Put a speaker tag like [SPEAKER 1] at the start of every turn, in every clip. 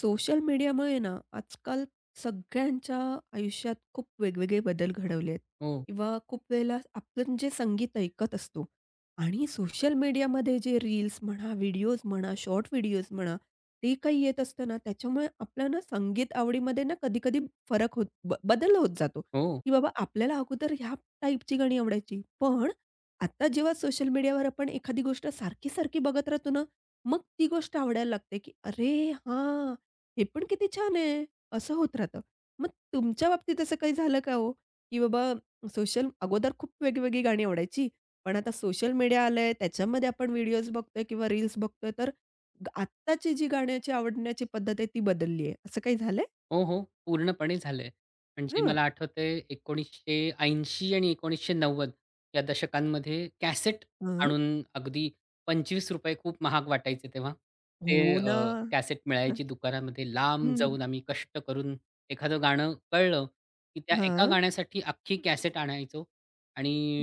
[SPEAKER 1] Social मीडियामुळे ना, आजकाल सगळ्यांच्या आयुष्यात खूप वेगवेगळे बदल घडवले आहेत
[SPEAKER 2] हो,
[SPEAKER 1] किंवा खूप वेळेला आपण जे संगीत ऐकत असतो आणि सोशल मीडियामध्ये जे रील्स म्हणा, व्हिडिओज म्हणा, शॉर्ट व्हिडिओज म्हणा, ते काही येत असतं ना, त्याच्यामुळे आपल्या ना संगीत आवडीमध्ये ना कधी-कधी फरक होत बदल होत जातो,
[SPEAKER 2] हो.
[SPEAKER 1] की बाबा आपल्याला अगोदर ह्या टाईपची गाणी आवडायची. पण आता जेव्हा सोशल मीडियावर आपण एखादी गोष्ट सारखी-सारखी बघत राहतो ना, मग ती गोष्ट आवडायला लागते, की "अरे हां, हे पण किती छान आहे." असं होत राहतं. मग तुमच्या बाबतीत असं काही झालं का हो? की बाबा सोशल अगोदर खूप वेगवेगळी गाणी आवडायची. पण आता सोशल मीडिया आलंय, त्याच्यामध्ये आपण व्हिडिओज बघतोय किंवा रील्स बघतोय, तर आत्ताची जी गाण्याची आवडण्याची पद्धत आहे ती बदलली आहे. असं काही झालंय?
[SPEAKER 2] हो, हो. पूर्णपणे झालंय. म्हणजे
[SPEAKER 1] हां.
[SPEAKER 2] मला आठवतंय 1980 आणि 1990 या दशकांमध्ये कॅसेट
[SPEAKER 1] हां.
[SPEAKER 2] आणून अगदी ₹25 खूप महाग वाटायचे तेव्हा. ते
[SPEAKER 1] हो ना.
[SPEAKER 2] कॅसेट
[SPEAKER 1] हं.
[SPEAKER 2] मिळायची दुकानामध्ये. लांब
[SPEAKER 1] हं.
[SPEAKER 2] जाऊन आम्ही कष्ट करून एखादं गाणं कळलं, की त्या एका
[SPEAKER 1] हां.
[SPEAKER 2] गाण्यासाठी अख्खी कॅसेट आणायचो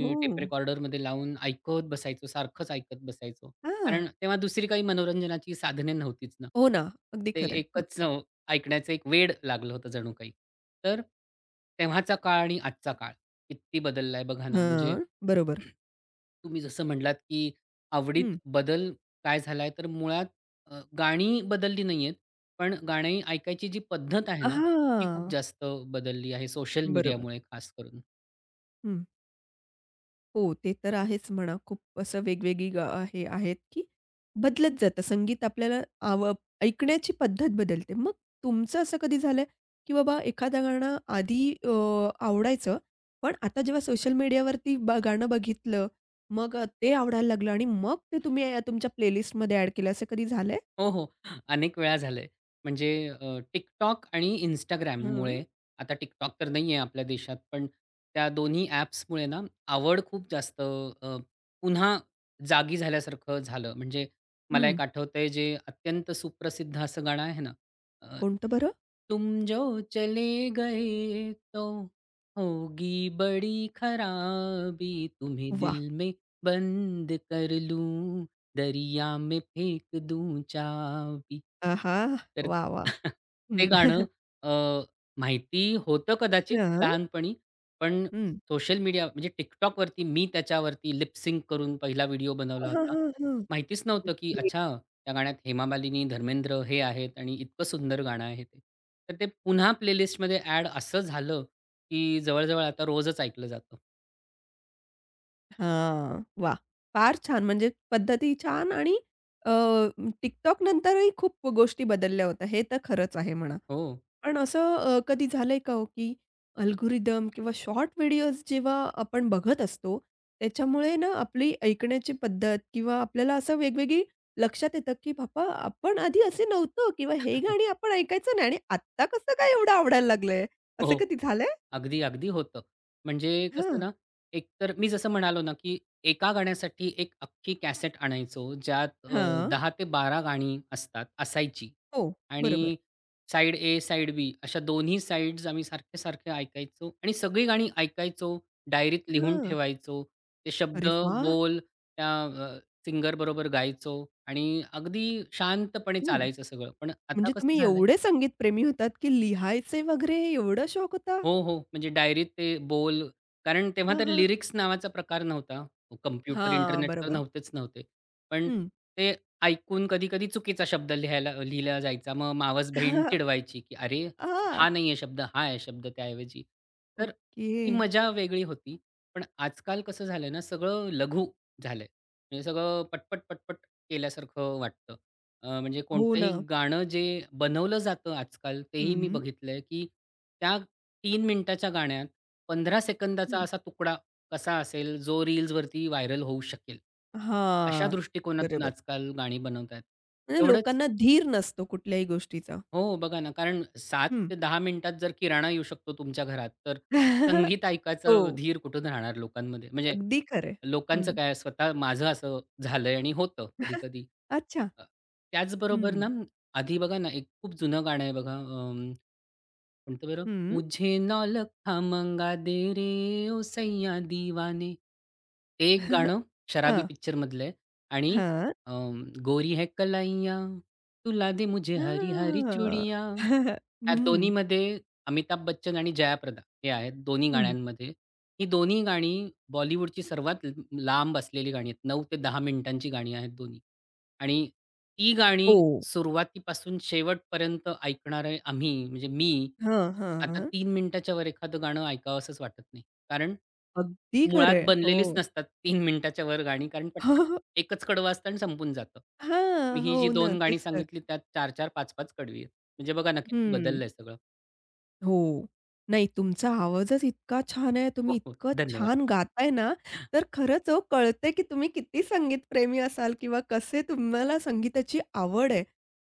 [SPEAKER 1] हो.
[SPEAKER 2] टेप रेकॉर्डरमध्ये लावून ऐकत बसायचो. सारखंच ऐकत बसायचो.
[SPEAKER 1] हां.
[SPEAKER 2] कारण तेव्हा दुसरी काही मनोरंजनाची साधने नव्हतीच ना.
[SPEAKER 1] हो ना. अगदी
[SPEAKER 2] ते
[SPEAKER 1] खरं आहे.
[SPEAKER 2] एकच ऐकण्याचं एक वेड लागलं होतं जणू काही. तर तेव्हाचा काळ आणि आजचा काळ किती बदलला आहे बघा ना. म्हणजे
[SPEAKER 1] बरोबर.
[SPEAKER 2] तुम्ही जसं म्हटलात, की
[SPEAKER 1] हं.
[SPEAKER 2] आवडीत बदल काय झालाय तर मुळात गाणी बदलली नाहीयेत, पण गाणी ऐकायची जी पद्धत आहे ना, ती खूप
[SPEAKER 1] हां.
[SPEAKER 2] जास्त बदलली आहे सोशल
[SPEAKER 1] बरोबर.
[SPEAKER 2] मीडियामुळे खास करून.
[SPEAKER 1] हो, ते तर आहेच म्हणा. खूप असं वेगवेगळी हे आहेत, की बदलत जातं. संगीत आपल्याला आव ऐकण्याची पद्धत बदलते. मग तुमचं असं कधी झालंय, की बाबा एखादं गाणं आधी आवडायचं, पण आता जेव्हा सोशल मीडियावरती गाणं बघितलं, मग ते आवडायला लागलं आणि मग ते तुम्ही तुमच्या प्लेलिस्टमध्ये ॲड केलं, असं कधी झालंय?
[SPEAKER 2] हो, हो. अनेक वेळा झालंय. म्हणजे TikTok आणि
[SPEAKER 1] हं.
[SPEAKER 2] Instagramमुळे आता TikTok तर नाहीये आपल्या देशात, पण त्या दोन्ही ॲप्समुळे ना आवड खूप जास्त पुन्हा जागी झाल्यासारखं झालं. म्हणजे मला
[SPEAKER 1] हं.
[SPEAKER 2] एक आठवतंय जे अत्यंत सुप्रसिद्ध असं गाणं आहे ना, अ,
[SPEAKER 1] कोणतं बरं?
[SPEAKER 2] तुम जो चले गए तो होगी बड़ी खराबी तुम्हें
[SPEAKER 1] वाह!
[SPEAKER 2] दिल में बंद कर लूँ दरिया में फेंक दूँ चाबी.
[SPEAKER 1] आहा!
[SPEAKER 2] तर
[SPEAKER 1] वाह, वाह!
[SPEAKER 2] ते
[SPEAKER 1] हं.
[SPEAKER 2] गाणं अ, माहिती होतं कदाचित
[SPEAKER 1] हां.
[SPEAKER 2] लहानपणी, पण
[SPEAKER 1] हं.
[SPEAKER 2] सोशल मीडिया म्हणजे TikTokवरती मी त्याच्यावरती लिप सिंक करून पहिला व्हिडिओ बनवला
[SPEAKER 1] हां,
[SPEAKER 2] होता.
[SPEAKER 1] हां, हां,
[SPEAKER 2] माहितीच नव्हतं, की अच्छा त्या गाण्यात हेमा मालिनी, धर्मेंद्र हे आहेत आणि इतकं सुंदर गाणं आहे ते. तर ते पुन्हा प्लेलिस्टमध्ये ॲड असं झालं, की जवळ आता रोजच ऐकलं जातं.
[SPEAKER 1] हां, वाह! फार छान. म्हणजे पद्धती छान आणि अ, TikTok नंतरही खूप गोष्टी बदलल्या होत्या. हे तर खरंच आहे म्हणा.
[SPEAKER 2] हो.
[SPEAKER 1] पण असं कधी झालंय का हो, की अल्गोरिदम किंवा शॉर्ट व्हिडिओज जेव्हा आपण बघत असतो, त्याच्यामुळे ना आपली ऐकण्याची पद्धत किंवा आपल्याला असं वेगवेगळी लक्षात येतं, की "बाबा, आपण आधी असे नव्हतो" किंवा "हे गाणी आपण ऐकायचं नाही आणि आत्ता कसं काय एवढं आवडायला लागलंय?" असं
[SPEAKER 2] हो.
[SPEAKER 1] कधी झालंय?
[SPEAKER 2] अगदी, अगदी होतं. म्हणजे कसं
[SPEAKER 1] हां.
[SPEAKER 2] ना, एकतर मी जसं म्हणालो ना, की एका गाण्यासाठी एक अख्खी कॅसेट आणायचो, ज्यात
[SPEAKER 1] हां.
[SPEAKER 2] 10 ते 12 गाणी असायची
[SPEAKER 1] हो,
[SPEAKER 2] आणि
[SPEAKER 1] बरोबर.
[SPEAKER 2] साइड ए, साइड बी अशा दोन्ही साइड्स आम्ही सारखे-सारखे ऐकायचो आणि सगळी गाणी ऐकायचो, डायरीत लिहून
[SPEAKER 1] हां.
[SPEAKER 2] ठेवायचो. ते शब्द,
[SPEAKER 1] अरे वाह!
[SPEAKER 2] बोल त्या सिंगरबरोबर गायचो आणि अगदी शांतपणे
[SPEAKER 1] हं.
[SPEAKER 2] चालायचं सगळं. पण आता
[SPEAKER 1] म्हणजे
[SPEAKER 2] कसं
[SPEAKER 1] तुम्ही
[SPEAKER 2] झालंय
[SPEAKER 1] एवढे संगीतप्रेमी होतात, की लिहायचे वगैरे एवढा शौक होता?
[SPEAKER 2] हो, हो. म्हणजे डायरीत ते बोल कारण तेव्हा
[SPEAKER 1] हां,
[SPEAKER 2] तर
[SPEAKER 1] हां.
[SPEAKER 2] लिरिक्स नावाचा प्रकार नव्हता. कॉम्प्युटर,
[SPEAKER 1] हां,
[SPEAKER 2] इंटरनेट तर
[SPEAKER 1] बरोबर.
[SPEAKER 2] नव्हतेच नव्हते. पण
[SPEAKER 1] हं.
[SPEAKER 2] ते ऐकून कधी-कधी चुकीचा शब्द लिहिला जायचा. मग मावस बहीण चिडवायची, की "अरे,
[SPEAKER 1] हां.
[SPEAKER 2] हा नाही आहे शब्द, हा आहे शब्द त्याऐवजी." तर
[SPEAKER 1] ओके.
[SPEAKER 2] ती मजा वेगळी होती. पण आजकाल कसं झालंय ना, सगळं लघु झालंय. म्हणजे सगळं पटपट, पटपट केल्यासारखं वाटतं. म्हणजे
[SPEAKER 1] हो
[SPEAKER 2] कोणतंही
[SPEAKER 1] ना.
[SPEAKER 2] गाणं जे बनवलं जातं आजकाल, तेही मी
[SPEAKER 1] हं,
[SPEAKER 2] बघितलंय, की त्या 3 मिनिटाच्या गाण्यात 15 सेकंदाचा
[SPEAKER 1] हं.
[SPEAKER 2] असा तुकडा कसा असेल, जो रील्सवरती व्हायरल होऊ शकेल. अशा
[SPEAKER 1] हां,
[SPEAKER 2] दृष्टिकोनातून
[SPEAKER 1] बरोबर.
[SPEAKER 2] आजकाल गाणी बनवतायत.
[SPEAKER 1] म्हणजे
[SPEAKER 2] तेवढंच
[SPEAKER 1] लोकांना धीर नसतो कुठल्याही गोष्टीचा.
[SPEAKER 2] हो, हो, बघा ना, कारण 7
[SPEAKER 1] हं.
[SPEAKER 2] ते 10 मिनिटात जर किराणा येऊ शकतो तुमच्या घरात, तर संगीत ऐकायचा
[SPEAKER 1] हो,
[SPEAKER 2] धीर कुठून राहणार लोकांमध्ये? म्हणजे
[SPEAKER 1] अगदी खरं आहे. हं.
[SPEAKER 2] लोकांचं काय, स्वतः माझं असं झालंय आणि होतं कधी-कधी.
[SPEAKER 1] अच्छा.
[SPEAKER 2] अ, त्याचबरोबर ना,
[SPEAKER 1] हं,
[SPEAKER 2] आधी बघा ना, एक खूप जुनं गाणं आहे बघा म्हणतो बरं,
[SPEAKER 1] हं.
[SPEAKER 2] मुझे नौलखा मंगा दे रे ओ सैय्या दीवाने. ते एक गाणं शराबी
[SPEAKER 1] हां,
[SPEAKER 2] पिक्चरमधलं आहे आणि
[SPEAKER 1] हां.
[SPEAKER 2] अं, गोरी है कलाइयाँ, तुला दे मुझे हरी हरी
[SPEAKER 1] हां.
[SPEAKER 2] चुडियाँ. ह्या
[SPEAKER 1] हं,
[SPEAKER 2] दोन्हीमध्ये अमिताभ बच्चन आणि जयाप्रदा हे आहेत दोन्ही
[SPEAKER 1] हं.
[SPEAKER 2] गाण्यांमध्ये. ही दोन्ही गाणी बॉलिवूडची सर्वात लांब असलेली गाणी आहेत. 9 ते 10 मिनिटांची गाणी आहेत दोन्ही. आणि ती गाणी
[SPEAKER 1] हो.
[SPEAKER 2] सुरुवातीपासून शेवटपर्यंत ऐकणारे आम्ही, म्हणजे मी,
[SPEAKER 1] हां,
[SPEAKER 2] आता
[SPEAKER 1] हां.
[SPEAKER 2] तीन मिनिटाच्या वर एखादं गाणं ऐकावसंच वाटत नाही. कारण
[SPEAKER 1] अगदी
[SPEAKER 2] मुळात
[SPEAKER 1] खरंय.
[SPEAKER 2] बनलेलीच
[SPEAKER 1] हो.
[SPEAKER 2] नसतात तीन मिनिटाच्या वर गाणी, कारण पटपट एकच कडवं असतं आणि संपून जातं. मी
[SPEAKER 1] हां,
[SPEAKER 2] ही
[SPEAKER 1] हो
[SPEAKER 2] जी
[SPEAKER 1] ना.
[SPEAKER 2] 2 गाणी
[SPEAKER 1] तेच तर.
[SPEAKER 2] सांगितली त्यात 4-4, 5-5 कडवी आहेत. म्हणजे बघा ना, किती
[SPEAKER 1] हं.
[SPEAKER 2] बदललंय सगळं.
[SPEAKER 1] हो. नाही तुमचा आवाजच इतका छान आहे, तुम्ही
[SPEAKER 2] हो, हो.
[SPEAKER 1] इतकं
[SPEAKER 2] धन्यवाद.
[SPEAKER 1] छान गाताय ना, तर खरंच हो कळतंय की तुम्ही किती संगीतप्रेमी असाल किंवा कसे तुम्हाला संगीताची आवड आहे.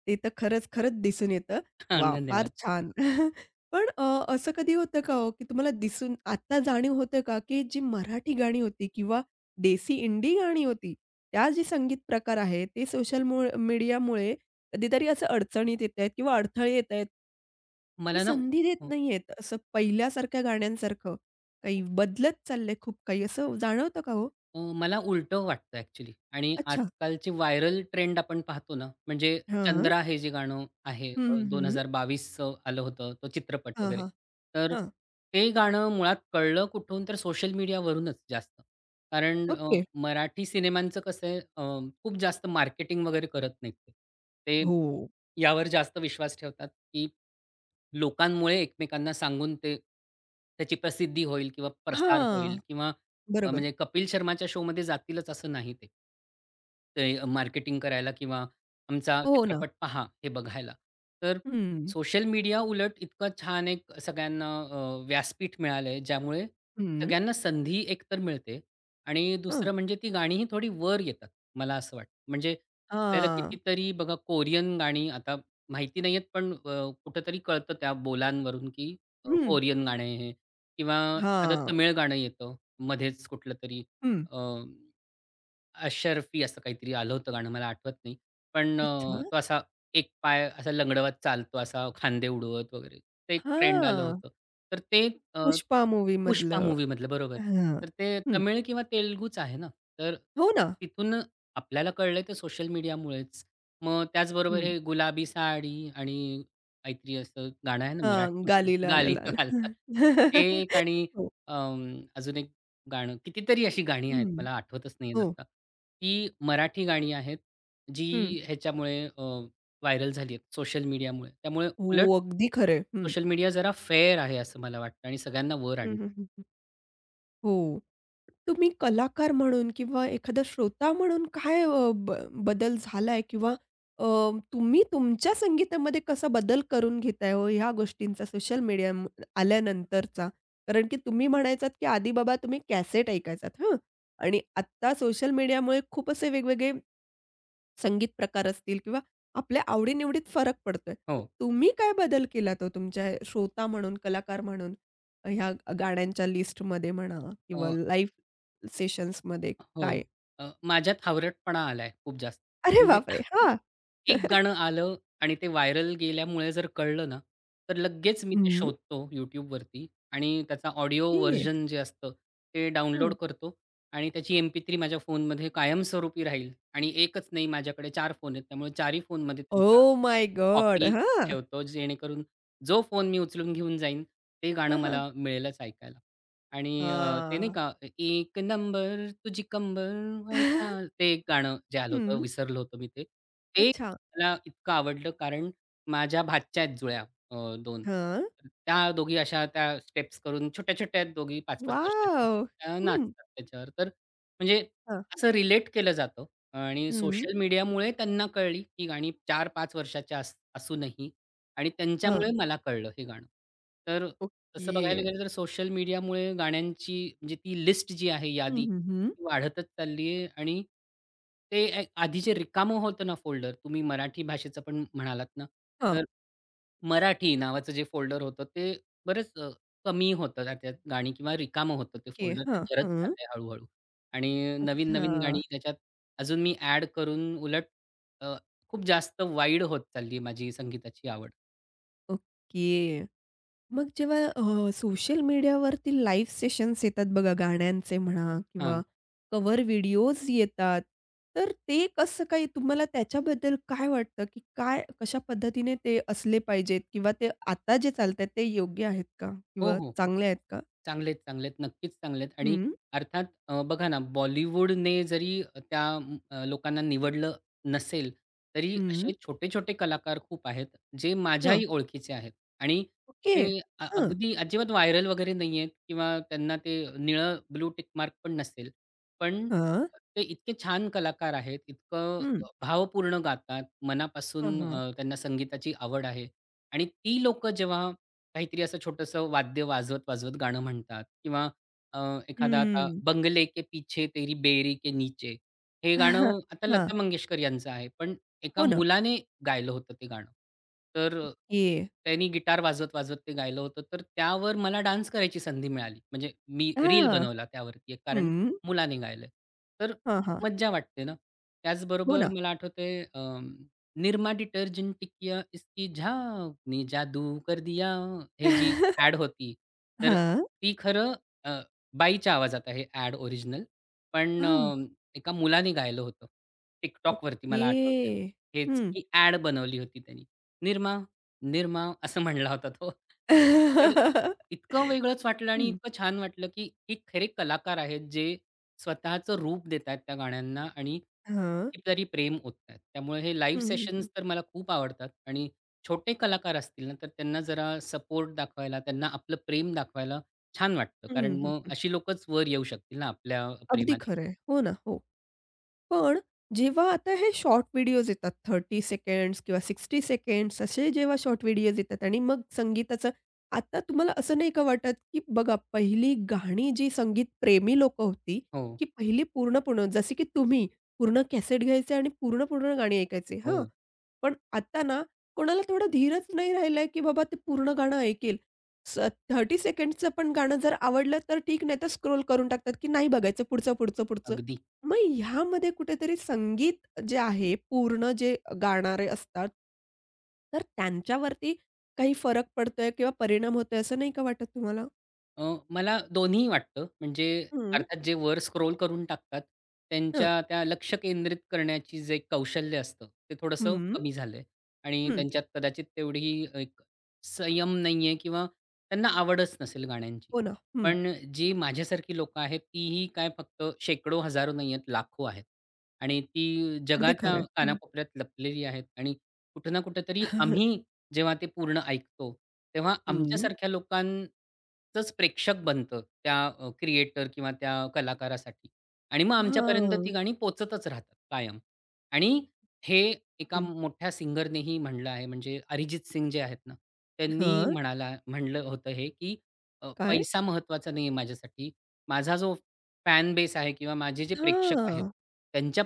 [SPEAKER 1] ते तर खरंच, खरंच दिसून येतं. वाह! फार
[SPEAKER 2] धन्यवाद.
[SPEAKER 1] छान. पण असं कधी होतं का हो, की तुम्हाला दिसून आत्ता जाणीव होते का, की जी मराठी गाणी होती किंवा देसी इंडी गाणी होती, त्या जे संगीत प्रकार आहे, ते सोशल मीडियामुळे कधीतरी असं अडचणीत येतायत किंवा अडथळे येतायत? ही
[SPEAKER 2] मला ना
[SPEAKER 1] संधी देत नाहीयेत. असं पहिल्यासारख्या गाण्यांसारखं काही बदलत चाललंय खूप काही असं जाणवतं का हो?
[SPEAKER 2] मला उलटं वाटतं ॲक्चुअली आणि
[SPEAKER 1] अच्छा.
[SPEAKER 2] आजकालची व्हायरल ट्रेंड आपण पाहतो ना, म्हणजे
[SPEAKER 1] हां.
[SPEAKER 2] चंद्रा हे जे गाणं आहे
[SPEAKER 1] हं, हं,
[SPEAKER 2] 2022चं आलं होतं, तो चित्रपट
[SPEAKER 1] हां,
[SPEAKER 2] वगैरे.
[SPEAKER 1] हां.
[SPEAKER 2] तर
[SPEAKER 1] हां.
[SPEAKER 2] ते गाणं मुळात कळलं कुठून? तर सोशल मीडियावरूनच जास्त. कारण
[SPEAKER 1] ओके.
[SPEAKER 2] मराठी सिनेमांचं कसं आहे खूप जास्त मार्केटिंग वगैरे करत नाहीत ते. ते
[SPEAKER 1] हो.
[SPEAKER 2] यावर जास्त विश्वास ठेवतात, की लोकांमुळे एकमेकांना सांगून ते त्याची प्रसिद्धी होईल किंवा प्रसार होईल
[SPEAKER 1] हां.
[SPEAKER 2] किंवा
[SPEAKER 1] बरोबर.
[SPEAKER 2] म्हणजे कपिल शर्माच्या शोमध्ये जातीलच असं नाही ते. ते मार्केटिंग करायला किंवा आमचा
[SPEAKER 1] हो ना.
[SPEAKER 2] चित्रपट पहा हे बघायला. तर
[SPEAKER 1] हं.
[SPEAKER 2] सोशल मीडिया उलट इतकं छान एक सगळ्यांना व्यासपीठ मिळालंय, ज्यामुळे
[SPEAKER 1] हं.
[SPEAKER 2] सगळ्यांना संधी एकतर मिळते आणि
[SPEAKER 1] हं.
[SPEAKER 2] दुसरं म्हणजे ती गाणीही थोडी वर येतात, मला असं वाटतं. म्हणजे आपल्याला
[SPEAKER 1] हां.
[SPEAKER 2] कितीतरी बघा कोरियन गाणी आता माहिती नाहीयेत, पण कुठेतरी कळतं त्या बोलांवरून, की
[SPEAKER 1] हं.
[SPEAKER 2] कोरियन गाणं आहे हे किंवा एखादं
[SPEAKER 1] हां.
[SPEAKER 2] तमिळ गाणं येतं मध्येच कुठलंतरी
[SPEAKER 1] हं.
[SPEAKER 2] अ, अशरफी असं काहीतरी आलं होतं गाणं मला आठवत नाही. पण
[SPEAKER 1] अच्छा.
[SPEAKER 2] तो असा एक पाय असा लंगडवत चालतो असा खांदे उडवत वगैरे. ते एक ट्रेंड आलं
[SPEAKER 1] हां.
[SPEAKER 2] होतं. तर ते
[SPEAKER 1] पुष्पा
[SPEAKER 2] पुष्पा
[SPEAKER 1] मूव्हीमधलं.
[SPEAKER 2] मूव्हीमधलं, बरोबर.
[SPEAKER 1] हां.
[SPEAKER 2] तर ते
[SPEAKER 1] हं.
[SPEAKER 2] तमिळ किंवा तेलुगूच आहे ना. तर
[SPEAKER 1] हो ना.
[SPEAKER 2] तिथून आपल्याला कळलंय ते सोशल मीडियामुळेच. मग त्याचबरोबर
[SPEAKER 1] हं.
[SPEAKER 2] हे गुलाबी साडी आणि काहीतरी असं गाणं आहे ना मराठी
[SPEAKER 1] हां. गाली लाला
[SPEAKER 2] गाली
[SPEAKER 1] लाला.
[SPEAKER 2] गाला ते एक आणि
[SPEAKER 1] हो.
[SPEAKER 2] अजून एक गाणं कितीतरी अशी गाणी आहेत.
[SPEAKER 1] हं.
[SPEAKER 2] मला आठवतच नाहीयेत
[SPEAKER 1] हो.
[SPEAKER 2] आता. ती मराठी गाणी आहेत, जी
[SPEAKER 1] हं.
[SPEAKER 2] ह्याच्यामुळे व्हायरल झाली आहेत सोशल मीडियामुळे. त्यामुळे उलट
[SPEAKER 1] हो. अगदी खरंय. हं.
[SPEAKER 2] सोशल मीडिया जरा फेअर आहे असं मला वाटतं आणि सगळ्यांना वर
[SPEAKER 1] हं, हं,
[SPEAKER 2] आणतं.
[SPEAKER 1] हं, हं. हो. तुम्ही कलाकार म्हणून किंवा एखादा श्रोता म्हणून काय बदल झालाय किंवा अ, तुम्ही तुमच्या संगीतामध्ये कसा बदल करून घेताय हो ह्या गोष्टींचा सोशल मीडिया आल्यानंतरचा? कारण की तुम्ही म्हणायचात, की आधी बाबा तुम्ही कॅसेट ऐकायचात, हं. आणि आत्ता सोशल मीडियामुळे खूप असे वेगवेगळे संगीत प्रकार असतील किंवा आपल्या आवडीनिवडीत फरक पडतोय. तर
[SPEAKER 2] हो.
[SPEAKER 1] तुम्ही काय बदल केलात हो तुमच्या श्रोता म्हणून, कलाकार म्हणून ह्या गाण्यांच्या लिस्टमध्ये म्हणा किंवा
[SPEAKER 2] अ,
[SPEAKER 1] लाईव्ह सेशन्समध्ये
[SPEAKER 2] हो.
[SPEAKER 1] काय?
[SPEAKER 2] माझ्यात हावरटपणा आलाय खूप जास्त.
[SPEAKER 1] अरे
[SPEAKER 2] म्हणजे
[SPEAKER 1] बापरे! हां.
[SPEAKER 2] एक गाणं आलं आणि ते व्हायरल गेल्यामुळे जर कळलं ना, तर लगेच मी ते
[SPEAKER 1] हं.
[SPEAKER 2] शोधतो YouTubeवरती आणि त्याचा ऑडिओ
[SPEAKER 1] ए
[SPEAKER 2] व्हर्जन जे असतं ते डाउनलोड
[SPEAKER 1] हं.
[SPEAKER 2] करतो आणि त्याची MP3 माझ्या फोनमध्ये कायमस्वरूपी राहील आणि एकच नाही माझ्याकडे 4 फोन आहेत. त्यामुळे 4ही फोनमध्ये त्यांच्या
[SPEAKER 1] ओह माय गॉड!
[SPEAKER 2] कॉपी
[SPEAKER 1] हां.
[SPEAKER 2] ठेवतो जेणेकरून जो फोन मी उचलून घेऊन जाईन, ते गाणं
[SPEAKER 1] हां, हां.
[SPEAKER 2] मला मिळेलच ऐकायला. आणि ते नाही
[SPEAKER 1] हां.
[SPEAKER 2] का एक नंबर तुझी कंबर ऐका ते एक गाणं जे आलं
[SPEAKER 1] हं.
[SPEAKER 2] होतं, विसरलं होतं मी ते. ते
[SPEAKER 1] अच्छा.
[SPEAKER 2] मला इतकं आवडलं कारण माझ्या भाच्या आहेत जुळ्या अ, 2.
[SPEAKER 1] हां.
[SPEAKER 2] त्या दोघी अशा त्या स्टेप्स करून छोट्या-छोट्या आहेत दोघी पाच पाच वर्षाच्या.
[SPEAKER 1] वॉव!
[SPEAKER 2] त्या
[SPEAKER 1] हं.
[SPEAKER 2] नाचतात त्याच्यावर. तर म्हणजे
[SPEAKER 1] हां.
[SPEAKER 2] असं रिलेट केलं जातं आणि
[SPEAKER 1] हं.
[SPEAKER 2] सोशल मीडियामुळे त्यांना कळली ही गाणी 4-5 वर्षाच्या असूनही आणि
[SPEAKER 1] हां.
[SPEAKER 2] त्यांच्यामुळे मला कळलं हे गाणं. तर तसं बघायला
[SPEAKER 1] ओके.
[SPEAKER 2] गेलं तर सोशल मीडियामुळे गाण्यांची म्हणजे ती लिस्ट जी आहे
[SPEAKER 1] हं,
[SPEAKER 2] यादी,
[SPEAKER 1] हं, हं.
[SPEAKER 2] ती वाढतच चालली आहे आणि ते ए आधी जे रिकामं होतं ना फोल्डर, तुम्ही मराठी भाषेचं पण म्हणालात ना,
[SPEAKER 1] हां.
[SPEAKER 2] तर मराठी नावाचं जे फोल्डर होतं ते बरंच कमी होतं त्यात गाणी किंवा रिकामं होतं ते
[SPEAKER 1] ओके.
[SPEAKER 2] फोल्डर. ते
[SPEAKER 1] हां.
[SPEAKER 2] भरत
[SPEAKER 1] हं.
[SPEAKER 2] चाललंय हळू आणि
[SPEAKER 1] अच्छा.
[SPEAKER 2] नवीन-नवीन गाणी त्याच्यात अजून मी ॲड करून उलट अ, खूप जास्त वाईड होत चालली आहे माझी संगीताची आवड.
[SPEAKER 1] ओके. मग जेव्हा सोशल मीडियावरती लाईव्ह सेशन्स येतात बघा गाण्यांचे म्हणा किंवा
[SPEAKER 2] हां.
[SPEAKER 1] कव्हर व्हिडिओज येतात, तर ते कसं काही तुम्हाला त्याच्याबद्दल काय वाटतं, की काय कशा पद्धतीने ते असले पाहिजेत किंवा ते आता जे चालतायत ते योग्य आहेत का
[SPEAKER 2] हो,
[SPEAKER 1] किंवा
[SPEAKER 2] हो.
[SPEAKER 1] चांगले आहेत का?
[SPEAKER 2] चांगलेत, चांगलेत. नक्कीच चांगलेत आणि
[SPEAKER 1] हम्म.
[SPEAKER 2] अर्थात बघा ना, बॉलिवूडने जरी त्या लोकांना निवडलं नसेल, तरी असे
[SPEAKER 1] हम्म.
[SPEAKER 2] छोटे-छोटे कलाकार खूप आहेत, जे
[SPEAKER 1] हं,
[SPEAKER 2] माझ्याही ओळखीचे आहेत आणि
[SPEAKER 1] ओके.
[SPEAKER 2] ते
[SPEAKER 1] हं.
[SPEAKER 2] अगदी अजिबात व्हायरल वगैरे नाही आहेत किंवा त्यांना ते निळं ब्लू टिक मार्क पण नसेल. पण
[SPEAKER 1] हं. ओके. हं. हां.
[SPEAKER 2] ते इतके छान कलाकार आहेत, इतकं
[SPEAKER 1] हं.
[SPEAKER 2] भावपूर्ण गातात, मनापासून
[SPEAKER 1] हां, हां.
[SPEAKER 2] त्यांना संगीताची आवड आहे आणि ती लोकं जेव्हा काहीतरी असं छोटंसं वाद्य वाजवत-वाजवत गाणं म्हणतात किंवा अ, एखादा आता
[SPEAKER 1] हं.
[SPEAKER 2] बंगले के पीछे तेरी बेरी के नीचे हे
[SPEAKER 1] हां.
[SPEAKER 2] गाणं आता लता मंगेशकर यांचं आहे. पण एका
[SPEAKER 1] हो ना.
[SPEAKER 2] मुलाने गायलं होतं ते गाणं. तर
[SPEAKER 1] ओके.
[SPEAKER 2] त्यांनी गिटार वाजवत-वाजवत ते गायलं होतं. तर त्यावर मला डान्स करायची संधी मिळाली. म्हणजे मी रील
[SPEAKER 1] हां.
[SPEAKER 2] बनवला त्यावरती एक कारण
[SPEAKER 1] हं.
[SPEAKER 2] मुलाने गायलंय. तर
[SPEAKER 1] हां, हां.
[SPEAKER 2] मज्जा वाटते ना.
[SPEAKER 1] हो
[SPEAKER 2] त्याचबरोबर
[SPEAKER 1] ना.
[SPEAKER 2] मला आठवतंय निरमा डिटर्जेंट टिकिया इसकी झाग ने जादू कर दिया, हे जी ॲड होती, तर
[SPEAKER 1] हां.
[SPEAKER 2] ती खरं अ, बाईच्या आवाजात आहे ॲड ओरिजिनल. पण
[SPEAKER 1] हां.
[SPEAKER 2] एका मुलाने गायलं होतं. TikTokवरती
[SPEAKER 1] ओके.
[SPEAKER 2] मला आठवतंय. हेच
[SPEAKER 1] हं.
[SPEAKER 2] ही ॲड बनवली होती त्यानी. निर्मा निर्मा असं म्हणला होता तो. तर इतकं वेगळंच वाटलं आणि
[SPEAKER 1] हं.
[SPEAKER 2] इतकं छान वाटलं, की हे खरे कलाकार आहेत जे स्वतःचं रूप देत आहेत त्या गाण्यांना आणि
[SPEAKER 1] हां.
[SPEAKER 2] कितीतरी प्रेम ओततायत. त्यामुळे हे लाईव्ह
[SPEAKER 1] हं, हं, हं.
[SPEAKER 2] सेशन्स तर मला खूप आवडतात आणि छोटे कलाकार असतील ना, तर त्यांना जरा सपोर्ट दाखवायला, त्यांना आपलं प्रेम दाखवायला छान वाटतं.
[SPEAKER 1] हं,
[SPEAKER 2] कारण
[SPEAKER 1] हं,
[SPEAKER 2] मग
[SPEAKER 1] हं.
[SPEAKER 2] अशी लोकंच वर येऊ शकतील ना आपल्या
[SPEAKER 1] अगदी
[SPEAKER 2] प्रेमाने.
[SPEAKER 1] खरं हो ना. हो. पण जेव्हा आता हे शॉर्ट व्हिडिओज येतात 30 सेकंड्स किंवा 60 सेकंड्स असे जेव्हा शॉर्ट व्हिडिओज येतात आणि मग संगीताचं आता तुम्हाला असं नाही का वाटत, की बघा पहिली गाणी जी संगीतप्रेमी लोकं होती,
[SPEAKER 2] हो,
[SPEAKER 1] की पहिली पूर्ण-पूर्ण जसे की तुम्ही पूर्ण कॅसेट घ्यायचे आणि पूर्ण-पूर्ण गाणी ऐकायचे
[SPEAKER 2] हो.
[SPEAKER 1] हां. पण आता ना कोणाला थोडा धीरच नाही राहिलाय, की बाबा ते पूर्ण गाणं ऐकेल. स 30 सेकंड्सचं पण गाणं जर आवडलं तर ठीक, नाहीतर स्क्रोल करून टाकतात, की नाही बघायचं पुढचं, पुढचं, पुढचं.
[SPEAKER 2] अगदी.
[SPEAKER 1] मग ह्यामध्ये कुठेतरी संगीत जे आहे, पूर्ण जे गाणारे असतात, तर त्यांच्यावरती काही फरक पडतोय किंवा परिणाम होतोय असं नाही का वाटत तुम्हाला?
[SPEAKER 2] अ, मला दोन्ही वाटतं. म्हणजे
[SPEAKER 1] हं,
[SPEAKER 2] अर्थात जे वर स्क्रोल करून टाकतात,
[SPEAKER 1] हं,
[SPEAKER 2] त्यांच्या त्या लक्ष केंद्रित करण्याची जे कौशल्य असतं, ते थोडंसं
[SPEAKER 1] हं,
[SPEAKER 2] कमी झालंय आणि
[SPEAKER 1] हं.
[SPEAKER 2] त्यांच्यात कदाचित तेवढी एक संयम नाही आहे किंवा त्यांना आवडच नसेल गाण्यांची.
[SPEAKER 1] हो ना. हं.
[SPEAKER 2] पण जी माझ्यासारखी लोकं आहेत, तीही काय फक्त शेकडो, हजारो नाही आहेत, लाखो आहेत आणि ती
[SPEAKER 1] अगदी खरं
[SPEAKER 2] जगाच्या
[SPEAKER 1] आहे. हं.
[SPEAKER 2] कानाकोपऱ्यात लपलेली आहेत आणि कुठं ना कुठेतरी आम्ही जेव्हा ते पूर्ण ऐकतो, तेव्हा
[SPEAKER 1] हं.
[SPEAKER 2] आमच्यासारख्या लोकांचंच प्रेक्षक बनतं त्या क्रिएटर किंवा त्या कलाकारासाठी आणि मग आमच्यापर्यंत ती
[SPEAKER 1] हां.
[SPEAKER 2] गाणी पोहचतच राहतात कायम. आणि हे एका
[SPEAKER 1] हं.
[SPEAKER 2] मोठ्या सिंगरनेही म्हणलं आहे, म्हणजे अरिजित सिंग जे आहेत ना, त्यांनी
[SPEAKER 1] हां.
[SPEAKER 2] म्हणलं होतं हे, की
[SPEAKER 1] काय?
[SPEAKER 2] पैसा महत्त्वाचा नाहीये माझ्यासाठी. माझा जो फॅन बेस आहे किंवा माझे जे प्रेक्षक आहेत,
[SPEAKER 1] हां.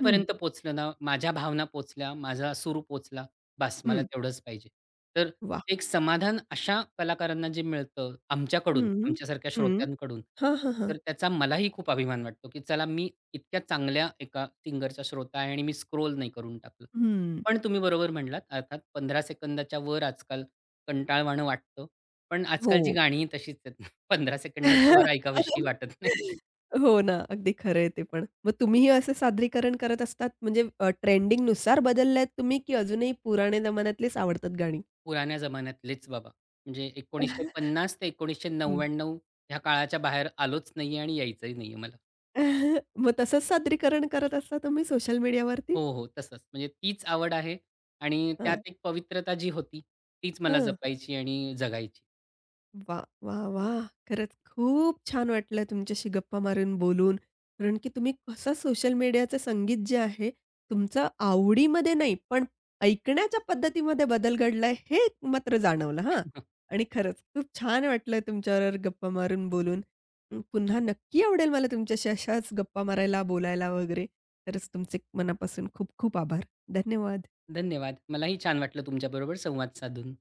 [SPEAKER 1] हं,
[SPEAKER 2] पोहोचलं ना, माझ्या भावना पोहोचल्या, माझा सूर पोहोचला बास मला
[SPEAKER 1] हं.
[SPEAKER 2] तेवढंच पाहिजे. तर
[SPEAKER 1] वाह!
[SPEAKER 2] एक समाधान अशा कलाकारांना जे मिळतं आमच्याकडून,
[SPEAKER 1] हं,
[SPEAKER 2] आमच्यासारख्या
[SPEAKER 1] हं.
[SPEAKER 2] श्रोत्यांकडून,
[SPEAKER 1] हां, हां, हां.
[SPEAKER 2] तर त्याचा मलाही खूप अभिमान वाटतो, की चला मी इतक्या चांगल्या एका सिंगरचा श्रोता आहे आणि मी स्क्रोल नाही करून टाकलं.
[SPEAKER 1] हं.
[SPEAKER 2] पण तुम्ही बरोबर म्हणलात अर्थात 15 सेकंदाच्या वर आजकाल कंटाळवाणं वाटतं. पण
[SPEAKER 1] हो.
[SPEAKER 2] आजकालची गाणीही तशीच आहेत. 15 सेकंदाच्या वर ऐकावीशी वाटत नाहीत.
[SPEAKER 1] हो ना, अगदी खरं आहे ते पण. मग तुम्हीही असं सादरीकरण करत असतात म्हणजे ट्रेंडिंगनुसार बदलल्यात तुम्ही की अजूनही पुराण्या जमान्यातलीच आवडतात गाणी?
[SPEAKER 2] पुराण्या जमान्यातलेच बाबा. म्हणजे 1950 ते
[SPEAKER 1] हं.
[SPEAKER 2] 1999 ह्या काळाच्या बाहेर आलोच नाहीये आणि यायचंही नाहीये मला.
[SPEAKER 1] मग तसंच सादरीकरण करत असता तुम्ही सोशल मीडियावरती?
[SPEAKER 2] हो, हो. तसंच. म्हणजे तीच आवड आहे आणि
[SPEAKER 1] हां,
[SPEAKER 2] त्यात एक पवित्रता जी होती, तीच मला
[SPEAKER 1] हां.
[SPEAKER 2] जपायची आणि जगायची.
[SPEAKER 1] वा, वा, वा, खरंच खूप छान वाटलं तुमच्याशी गप्पा मारून, बोलून. कारण की तुम्ही कसं सोशल मीडियाचं संगीत जे आहे, तुमचं आवडीमध्ये नाही, पण ऐकण्याच्या पद्धतीमध्ये बदल घडलाय, हे मात्र जाणवलं हां. आणि खरंच खूप छान वाटलं तुमच्याबरोबर गप्पा मारून, बोलून. अं, पुन्हा नक्की आवडेल मला तुमच्याशी अशाच गप्पा मारायला, बोलायला वगैरे. खरंच तुमचे मनापासून खूप खूप आभार. धन्यवाद.
[SPEAKER 2] धन्यवाद. मलाही छान वाटलं तुमच्याबरोबर संवाद साधून.